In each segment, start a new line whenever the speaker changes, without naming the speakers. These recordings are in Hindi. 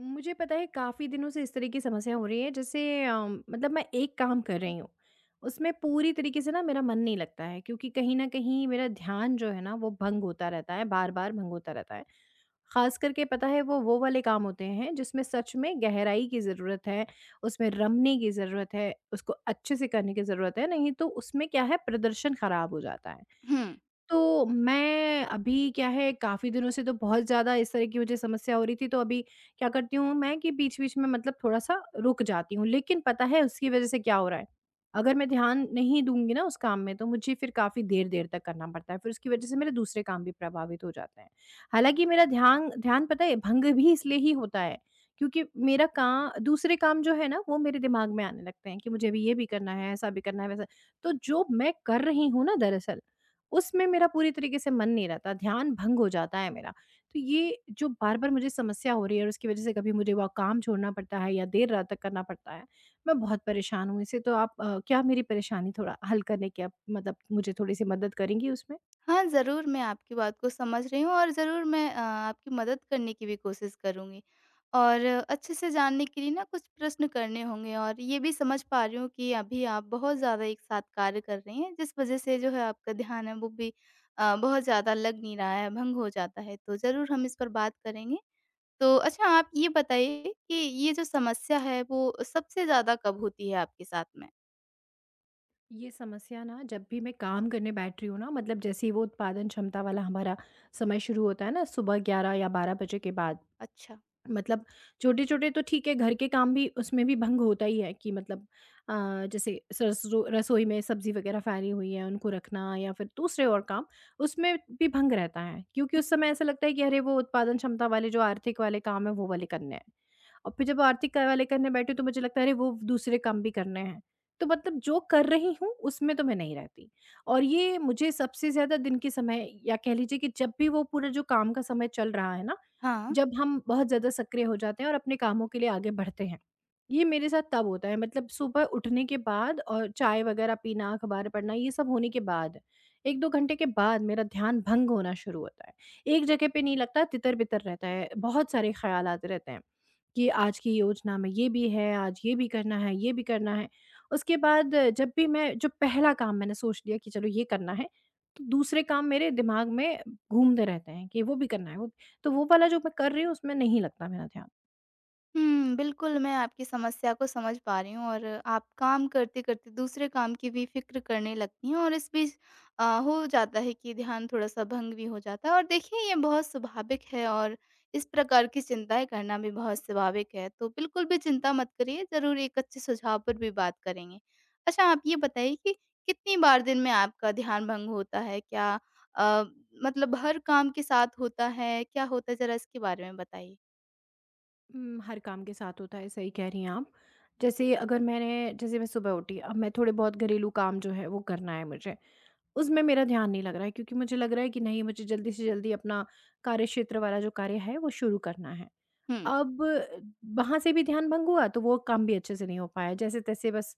मुझे पता है काफ़ी दिनों से इस तरह की समस्या हो रही है, जैसे मतलब मैं एक काम कर रही हूँ। उसमें पूरी तरीके से ना मेरा मन नहीं लगता है, क्योंकि कहीं ना कहीं मेरा ध्यान जो है ना वो भंग होता रहता है, बार बार भंग होता रहता है। खास करके पता है वो वाले काम होते हैं जिसमें सच में गहराई की ज़रूरत है, उसमें रमने की ज़रूरत है, उसको अच्छे से करने की ज़रूरत है। नहीं तो उसमें क्या है, प्रदर्शन ख़राब हो जाता है।
हुँ।
तो मैं अभी क्या है, काफ़ी दिनों से तो बहुत ज़्यादा इस तरह की मुझे समस्या हो रही थी, तो अभी क्या करती हूँ मैं कि बीच-बीच में मतलब थोड़ा-सा रुक जाती हूँ। लेकिन पता है उसकी वज़ह से क्या हो रहा है, अगर मैं ध्यान नहीं दूँगी ना उस काम में तो मुझे फिर काफ़ी देर-देर तक करना पड़ता है। फिर उसकी वज़ह से मेरे दूसरे काम भी प्रभावित हो जाते हैं। हालाँकि मेरा ध्यान ध्यान पता है भंग भी इसलिए ही होता है, क्योंकि मेरा का दूसरे काम जो है ना वो मेरे दिमाग में आने लगते हैं कि मुझे अभी ये भी करना है, ऐसा भी करना है, वैसा। तो जो मैं कर रही हूँ ना दरअसल, उसमें मेरा पूरी तरीके से मन नहीं रहता, ध्यान भंग हो जाता है मेरा। तो ये जो बार-बार मुझे समस्या हो रही है और उसकी वज़ह से कभी मुझे वो काम छोड़ना पड़ता है या देर रात तक करना पड़ता है, मैं बहुत परेशान हूँ इससे। तो आप क्या मेरी परेशानी थोड़ा हल करने की आप मतलब मुझे थोड़ी-सी मदद करेंगी उसमें?
हाँ, ज़रूर मैं आपकी बात को समझ रही हूँ और ज़रूर मैं आपकी मदद करने की भी कोशिश करूँगी। और अच्छे से जानने के लिए ना कुछ प्रश्न करने होंगे और ये भी समझ पा रही हूँ कि अभी आप बहुत ज़्यादा एक साथ कार्य कर रही हैं, जिस वज़ह से जो है आपका ध्यान है वो भी बहुत ज़्यादा लग नहीं रहा है, भंग हो जाता है। तो ज़रूर हम इस पर बात करेंगे। तो अच्छा आप ये बताइए कि ये जो समस्या है वो सबसे ज़्यादा कब होती है आपके साथ में?
ये समस्या ना जब भी मैं काम करने बैठ रही हूँ ना, मतलब जैसे ही वो उत्पादन क्षमता वाला हमारा समय शुरू होता है ना सुबह 11 या 12 बजे के बाद,
अच्छा।
मतलब छोटे-छोटे तो ठीक है, घर के काम भी उसमें भी भंग होता ही है कि मतलब अ, जैसे सरसो रसोई में सब्ज़ी वगैरह फैली हुई है, उनको रखना या फिर दूसरे और काम, उसमें भी भंग रहता है। क्योंकि उस समय ऐसा लगता है कि अरे, वो उत्पादन क्षमता वाले जो आर्थिक वाले काम हैं, वो वाले करने हैं। और फिर जब आर्थिक क वाले करने बैठे तो मुझे लगता है अरे, वो दूसरे काम भी करने हैं। तो मतलब जो कर रही हूँ, उसमें तो मैं नहीं रहती। और ये मुझे सबसे ज़्यादा दिन के समय, या कह लीजिए कि जब भी वो पूरा जो काम का समय चल रहा है ना,
हाँ।
जब हम बहुत ज़्यादा सक्रिय हो जाते हैं और अपने कामों के लिए आगे बढ़ते हैं। ये मेरे साथ तब होता है, मतलब सुबह उठने के बाद और चाय वगैरह पीना, अखबार पढ़ना ये सब होने के बाद, 1-2 घंटे के बाद मेरा ध्यान भंग होना शुरू होता है। एक जगह पे नहीं लगता, तितर-बितर रहता है, बहुत सारे ख़्यालात रहते हैं कि आज की योजना में ये भी है, आज ये भी करना है, ये भी करना है। उसके बाद जब भी मैं जो पहला काम मैंने सोच लिया कि चलो ये करना है, तो दूसरे काम मेरे दिमाग में घूमते रहते हैं कि वो भी करना है, तो वो वाला जो मैं कर रही हूँ उसमें नहीं लगता मेरा ध्यान।
हुँ, बिल्कुल, मैं आपकी समस्या को समझ पा रही हूँ और आप काम करते-करते दूसरे काम की भी फ़िक्र करने लगती हैं और इस बीच हो जाता है कि ध्यान थोड़ा-सा भंग भी हो जाता है और देखिए ये बहुत स्वाभाविक है और इस प्रकार की चिंताएँ करना भी बहुत स्वाभाविक है। तो बिल्कुल भी चिंता मत करिए, ज़रूर एक अच्छे सुझाव पर भी बात करेंगे। अच्छा, आप ये बताइए कि कितनी बार दिन में आपका ध्यान भंग होता है? अ, मतलब हर काम के साथ होता है? क्या होता है ज़रा इसके बारे में बताइए?
हर काम के साथ होता है, सही कह रही हैं आप। जैसे अगर मैंने जैसे मैं सुबह उठी, अब मैं थोड़े बहुत घरेलू काम जो है वो करना है मुझे। उसमें मेरा ध्यान नहीं लग रहा है क्योंकि मुझे लग रहा है कि नहीं मुझे जल्दी से जल्दी अपना कार्यक्षेत्र वाला जो कार्य है वो शुरू करना है।
हुँ,
अब वहाँ से भी ध्यान भंग हुआ तो वो काम भी अच्छे से नहीं हो पाया, जैसे-तैसे बस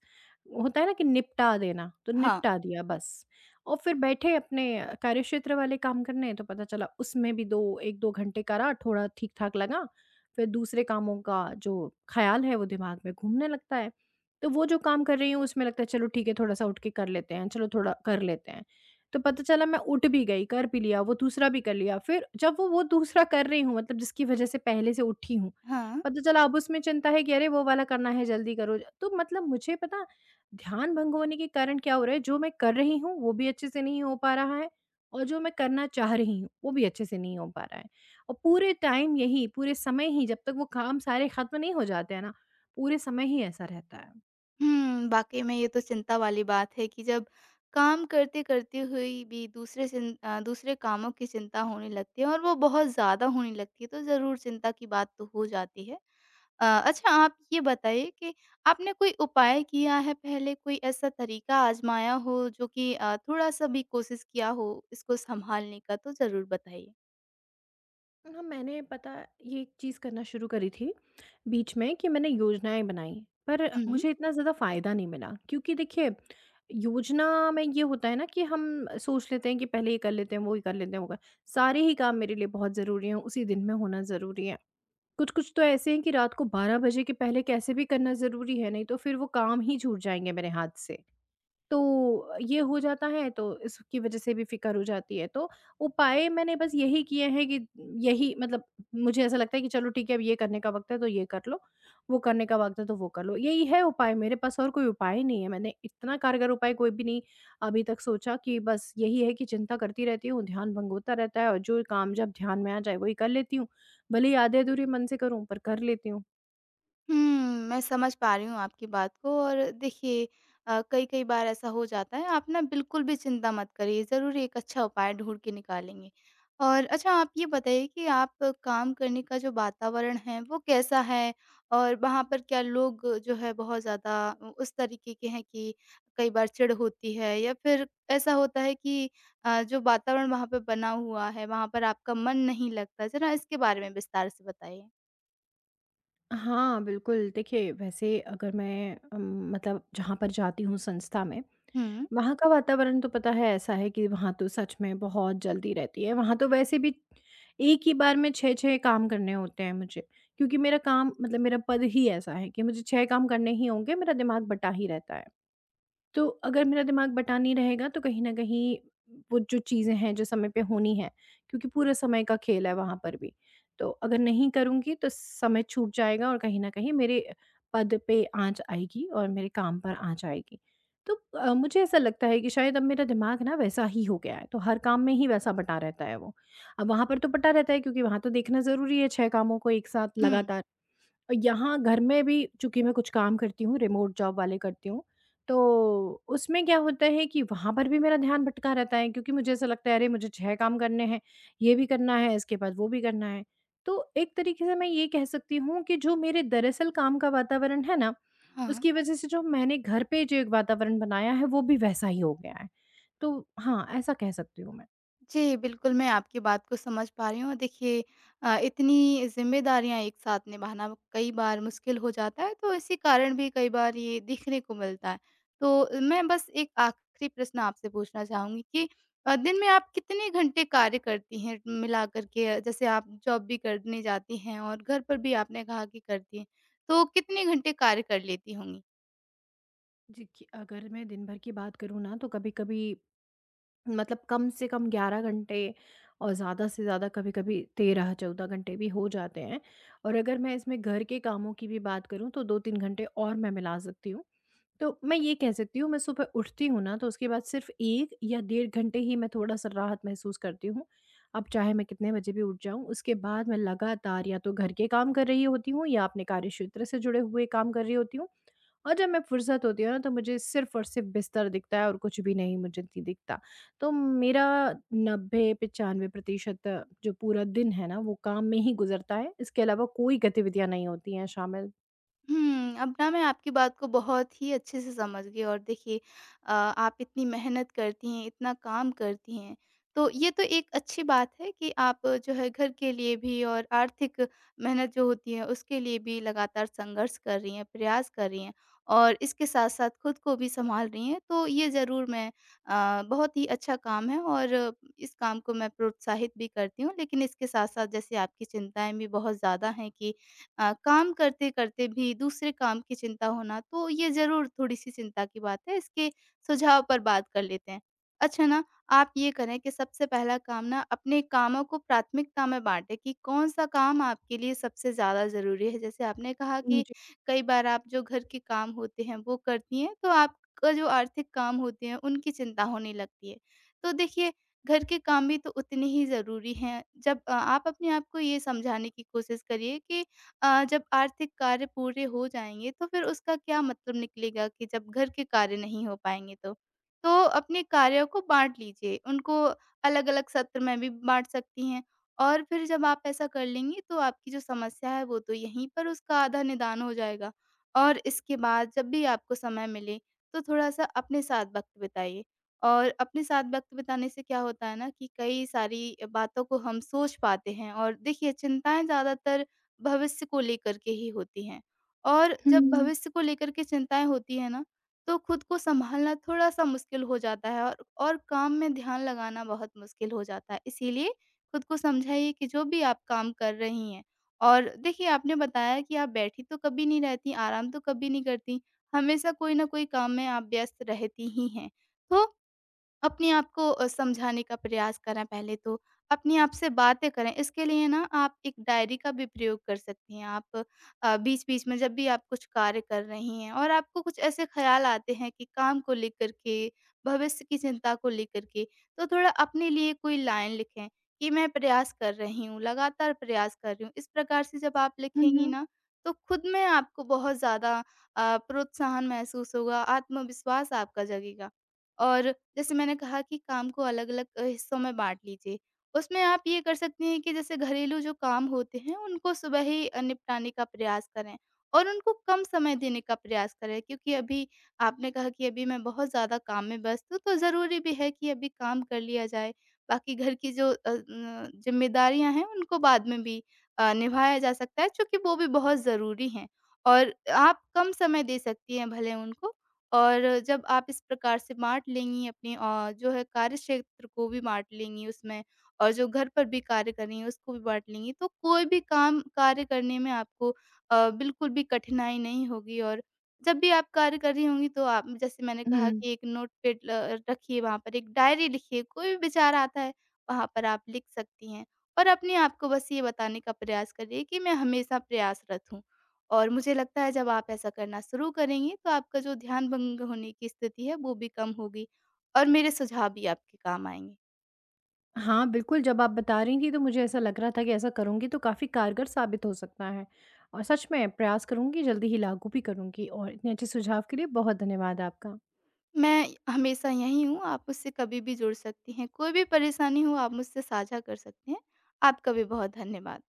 होता है ना कि निपटा देना, तो
हाँ।
निपटा दिया बस। और फिर बैठे अपने कार्यक्षेत्र वाले काम करने तो पता चला उसमें भी 2, 1-2 घंटे करा, थोड़ा ठीक-ठाक लगा, फिर दूसरे कामों का जो ख़्याल है वो दिमाग में घूमने लगता है। तो वो जो काम कर रही हूँ उसमें लगता है चलो ठीक है थोड़ा-सा उठ के कर लेते हैं, चलो थोड़ा कर लेते हैं। तो पता चला मैं उठ भी गई, कर भी लिया, वो दूसरा भी कर लिया, फिर जब वो दूसरा कर रही हूँ मतलब जिसकी वजह से पहले से उठी हूँ,
हाँ।
पता चला अब उसमें चिंता है कि अरे वो वाला करना है जल्दी करो। तो मतलब मुझे पता ध्यान भंग होने के कारण क्या हो रहा है, जो मैं कर रही हूँ वो भी अच्छे से नहीं हो पा रहा है और जो मैं करना चाह रही हूँ वो भी अच्छे से नहीं हो पा रहा है। और पूरे टाइम यही, पूरे समय ही जब तक वो काम सारे खत्म नहीं हो जाते हैं ना, पूरे समय ही ऐसा रहता है।
हुँ, वाक़ई में ये तो चिंता वाली बात है कि जब काम करते-करते हुए भी दूसरे कामों की चिंता होने लगती है और वो बहुत ज़्यादा होने लगती है, तो ज़रूर चिंता की बात तो हो जाती है। अच्छा आप ये बताइए कि आपने कोई उपाय किया है पहले, कोई ऐसा तरीका आज़माया हो जो कि थोड़ा-सा भी कोशिश किया हो इसको सँभालने का? तो ज़रूर बताइए।
ना मैंने पता ये एक चीज़ करना शुरू करी थी बीच में कि मैंने योजनाएँ बनाई, पर
हुँ।
मुझे इतना ज़्यादा फ़ायदा नहीं मिला क्योंकि देखिए, योजना में ये होता है ना कि हम सोच लेते हैं कि पहले ये कर लेते हैं, वो ही कर लेते हैं, वो कर सारे ही काम मेरे लिए बहुत ज़रूरी हैं, उसी दिन में होना ज़रूरी है। कुछ-कुछ तो ऐसे हैं कि रात को 12 बजे के पहले कैसे भी करना ज़रूरी है, नहीं तो फिर वो काम ही छूट जाएँगे मेरे हाथ से। तो ये हो जाता है तो इसकी वज़ह से भी फ़िकर हो जाती है। तो उपाय मैंने बस यही किए हैं कि यही मतलब मुझे ऐसा लगता है कि चलो ठीक है अब ये करने का वक़्त है तो ये कर लो, वो करने का वक़्त है तो वो कर लो। यही है उपाय मेरे पास, और कोई उपाय नहीं है। मैंने इतना कारगर उपाय कोई भी नहीं अभी तक सोचा, कि बस यही है कि चिंता करती रहती हूँ, ध्यान भंग होता रहता है और जो काम जब ध्यान में आ जाए वही कर लेती हूँ। भले ही आधे-अधूरे मन से करूँ पर कर लेती हूँ।
मैं समझ पा रही हूँ आपकी बात को और देखिए कई-कई बार ऐसा हो जाता है, आप ना बिल्कुल भी चिंता मत करिए, ज़रूर एक अच्छा उपाय ढूँढ के निकालेंगे। और अच्छा आप ये बताइए कि आप काम करने का जो वातावरण है, वो कैसा है? और वहाँ पर क्या लोग जो है बहुत ज़्यादा उ उस तरीके के हैं कि कई बार चिढ़ होती है या फिर ऐसा होता है कि जो वातावरण वहाँ पे बना हुआ है, वहाँ पर आपका मन नहीं लगता? ज़रा इसके बारे में विस्तार से बताइए।
हाँ, बिल्कुल देखिए वैसे अगर मैं मतलब जहाँ पर जाती हूँ संस्था में,
हुँ,
वहाँ का वातावरण तो पता है ऐसा है कि वहाँ तो सच में बहुत जल्दी रहती है। वहाँ तो वैसे भी एक ही बार में 6-6 काम करने होते हैं मुझे, क्योंकि मेरा काम मतलब मेरा पद ही ऐसा है कि मुझे 6 काम करने ही होंगे, मेरा दिमाग बँटा ही रहता है। तो अगर मेरा दिमाग बटा नहीं रहेगा तो कहीं न कहीं वो जो चीज़ें हैं जो समय पे होनी है, क्योंकि पूरे समय का खेल है वहाँ पर भी। तो अगर नहीं करूँगी तो समय छूट जाएगा और कहीं न कहीं मेरे पद पे आँच आएगी और मेरे काम पर आँच आएगी। तो मुझे ऐसा लगता है कि शायद अब मेरा दिमाग ना वैसा ही हो गया है, तो हर काम में ही वैसा बँटा रहता है वो। अब वहाँ पर तो बँटा रहता है क्योंकि वहाँ तो देखना ज़रूरी है 6 कामों को एक साथ
हुँ।
लगातार। यहाँ घर में भी चूँकि मैं कुछ काम करती हूँ, रिमोट जॉब वाले करती हूँ, तो उसमें क्या होता है कि वहाँ पर भी मेरा ध्यान भटका रहता है क्योंकि मुझे ऐसा लगता है अरे मुझे 6 काम करने हैं, ये भी करना है, इसके बाद वो भी करना है। तो एक तरीके से मैं ये कह सकती हूँ कि जो मेरे दरअसल काम का वातावरण है ना,
हाँ।
उसकी वज़ह से जो मैंने घर पे जो एक वातावरण बनाया है वो भी वैसा ही हो गया है। तो हाँ, ऐसा कह सकती हूँ मैं।
जी, बिल्कुल, मैं आपकी बात को समझ पा रही हूँ। देखिए इतनी ज़िम्मेदारियाँ एक साथ निभाना कई बार मुश्किल हो जाता है, तो इसी कारण भी कई बार ये दिखने को मिलता है। तो मैं बस एक आखिरी प्रश्न आपसे पूछना चाहूँगी कि दिन में आप कितने घंटे कार्य करती हैं मिलाकर के? जैसे आप जॉब भी करने जाती हैं और घर पर भी आपने कहा कि करती हैं, तो कितने घंटे कार्य कर लेती होंगी?
जी, कि अगर मैं दिन भर की बात करूँ ना तो कभी-कभी मतलब कम से कम 11 घंटे और ज़्यादा से ज़्यादा कभी-कभी 13-14 घंटे भी हो जाते हैं। और अगर मैं इसमें घर के कामों की भी बात करूँ तो 2-3 घंटे और मैं मिला सकती हूँ। तो मैं ये कह सकती हूँ, मैं सुबह उठती हूँ ना तो उसके बाद सिर्फ़ 1 या डेढ़ घंटे ही मैं थोड़ा-सा राहत महसूस करती हूँ। अब चाहे मैं कितने बजे भी उठ जाऊँ उसके बाद मैं लगातार या तो घर के काम कर रही होती हूँ या अपने कार्यक्षेत्र से जुड़े हुए काम कर रही होती हूँ और जब मैं फ़ुर्सत होती हूँ ना तो मुझे सिर्फ़ और सिर्फ़ बिस्तर दिखता है, और कुछ भी नहीं, मुझे नहीं दिखता। तो मेरा 90-95 प्रतिशत जो पूरा दिन है ना वो काम में ही गुज़रता है। इसके अलावा कोई गतिविधियाँ नहीं होती हैं शामिल।
हुँ, अब ना मैं आपकी बात को बहुत ही अच्छे से समझ गई और देखिए आप इतनी मेहनत करती हैं, इतना काम करती हैं, तो ये तो एक अच्छी बात है कि आप जो है घर के लिए भी और आर्थिक मेहनत जो होती है उसके लिए भी लगातार संघर्ष कर रही हैं, प्रयास कर रही हैं और इसके साथ-साथ खुद को भी संभाल रही हैं, तो ये ज़रूर मैं बहुत ही अच्छा काम है और इस काम को मैं प्रोत्साहित भी करती हूँ। लेकिन इसके साथ-साथ जैसे आपकी चिंताएँ भी बहुत ज़्यादा हैं कि काम करते-करते भी दूसरे काम की चिंता होना, तो ये ज़रूर थोड़ी-सी चिंता की बात है। इसके सुझाव पर बात कर लेते हैं। अच्छा ना, आप ये करें कि सबसे पहला काम ना अपने कामों को प्राथमिकता में बाँटें कि कौन-सा काम आपके लिए सबसे ज़्यादा ज़रूरी है। जैसे आपने कहा कि
मुझे।
कई बार आप जो घर के काम होते हैं वो करती हैं, तो आपका जो आर्थिक काम होते हैं उनकी चिंता होने लगती है। तो देखिए, घर के काम भी तो उतने ही ज़रूरी हैं। जब आप अपने आप को ये समझाने की कोशिश करिए कि जब आर्थिक कार्य पूरे हो जाएँगे तो फिर उसका क्या मतलब निकलेगा कि जब घर के कार्य नहीं हो पाएँगे तो? तो अपने कार्यों को बाँट लीजिए, उनको अलग-अलग सत्र में भी बाँट सकती हैं और फिर जब आप ऐसा कर लेंगी तो आपकी जो समस्या है वो तो यहीं पर उसका आधा निदान हो जाएगा। और इसके बाद जब भी आपको समय मिले तो थोड़ा-सा अपने साथ वक़्त बिताइए और अपने साथ वक़्त बिताने से क्या होता है ना कि कई सारी बातों को हम सोच पाते हैं और देखिए चिंताएँ ज़्यादातर भविष्य को लेकर के ही होती हैं। और जब
हुँ।
भविष्य को लेकर के चिंताएँ होती हैं ना, तो खुद को सँभालना थोड़ा-सा मुश्किल हो जाता है और काम में ध्यान लगाना बहुत मुश्किल हो जाता है। इसीलिए खुद को समझाइए कि जो भी आप काम कर रही हैं और देखिए आपने बताया कि आप बैठी तो कभी नहीं रहती, आराम तो कभी नहीं करती, हमेशा कोई न कोई काम में आप व्यस्त रहती ही हैं। तो अपने आप को समझाने का प्रयास करें पहले तो, अपने आप से बातें करें। इसके लिए ना आप एक डायरी का भी प्रयोग कर सकती हैं। आप बीच-बीच में जब भी आप कुछ कार्य कर रही हैं और आपको कुछ ऐसे ख़्याल आते हैं कि काम को लेकर के, भविष्य की चिंता को लेकर के, तो थोड़ा अपने लिए कोई लाइन लिखें कि मैं प्रयास कर रही हूँ, लगातार प्रयास कर रही हूँ। इस प्रकार से जब आप
हुँ,
लिखेंगी
हुँ।
ना, तो खुद में आपको बहुत ज़्यादा प्रोत्साहन महसूस होगा, आत्मविश्वास आपका जगेगा। और जैसे मैंने कहा कि काम को अलग-अलग हिस्सों में बाँट लीजिए। उसमें आप ये कर सकती हैं कि जैसे घरेलू जो काम होते हैं, उनको सुबह ही निपटाने का प्रयास करें और उनको कम समय देने का प्रयास करें क्योंकि अभी आपने कहा कि अभी मैं बहुत ज़्यादा काम में व्यस्त हूँ, तो ज़रूरी भी है कि अभी काम कर लिया जाए। बाकी घर की जो अ, न ज़िम्मेदारियाँ हैं, उनको बाद में भी निभाया जा सकता है, चूँकि वो भी बहुत ज़रूरी हैं और आप कम समय दे सकती हैं भले उनको, और जब आप इस प्रकार से बाँट लेंगी अपने जो है कार्यक्षेत्र को भी बाँट लेंगी उसमें और जो घर पर भी कार्य कर रही हैं उसको भी बाँट लेंगी, तो कोई भी काम कार्य करने में आपको बिल्कुल भी कठिनाई नहीं होगी और जब भी आप कार्य कर रही होंगी तो आप जैसे मैंने कहा
हुँ।
कि एक नोटपैड ल रखिए वहाँ पर, एक डायरी लिखिए, कोई भी विचार आता है वहाँ पर आप लिख सकती हैं और अपने आप को बस ये बताने का प्रयास करिए कि मैं हमेशा प्रयासरत हूँ। और मुझे लगता है जब आप ऐसा करना शुरू करेंगी तो आपका जो ध्यान भंग होने की स्थिति है वो भी कम होगी और मेरे सुझाव भी आपके काम आएँगे।
हाँ, बिल्कुल जब आप बता रही थी तो मुझे ऐसा लग रहा था कि ऐसा करूँगी तो काफ़ी कारगर साबित हो सकता है। और सच में प्रयास करूँगी, जल्दी ही लागू भी करूँगी और इतने अच्छे सुझाव के लिए बहुत धन्यवाद आपका।
मैं हमेशा यहीं हूँ, आप मुझसे कभी भी जुड़ सकती हैं, कोई भी परेशानी हो आप मुझसे साझा कर सकती हैं। आपका भी बहुत धन्यवाद।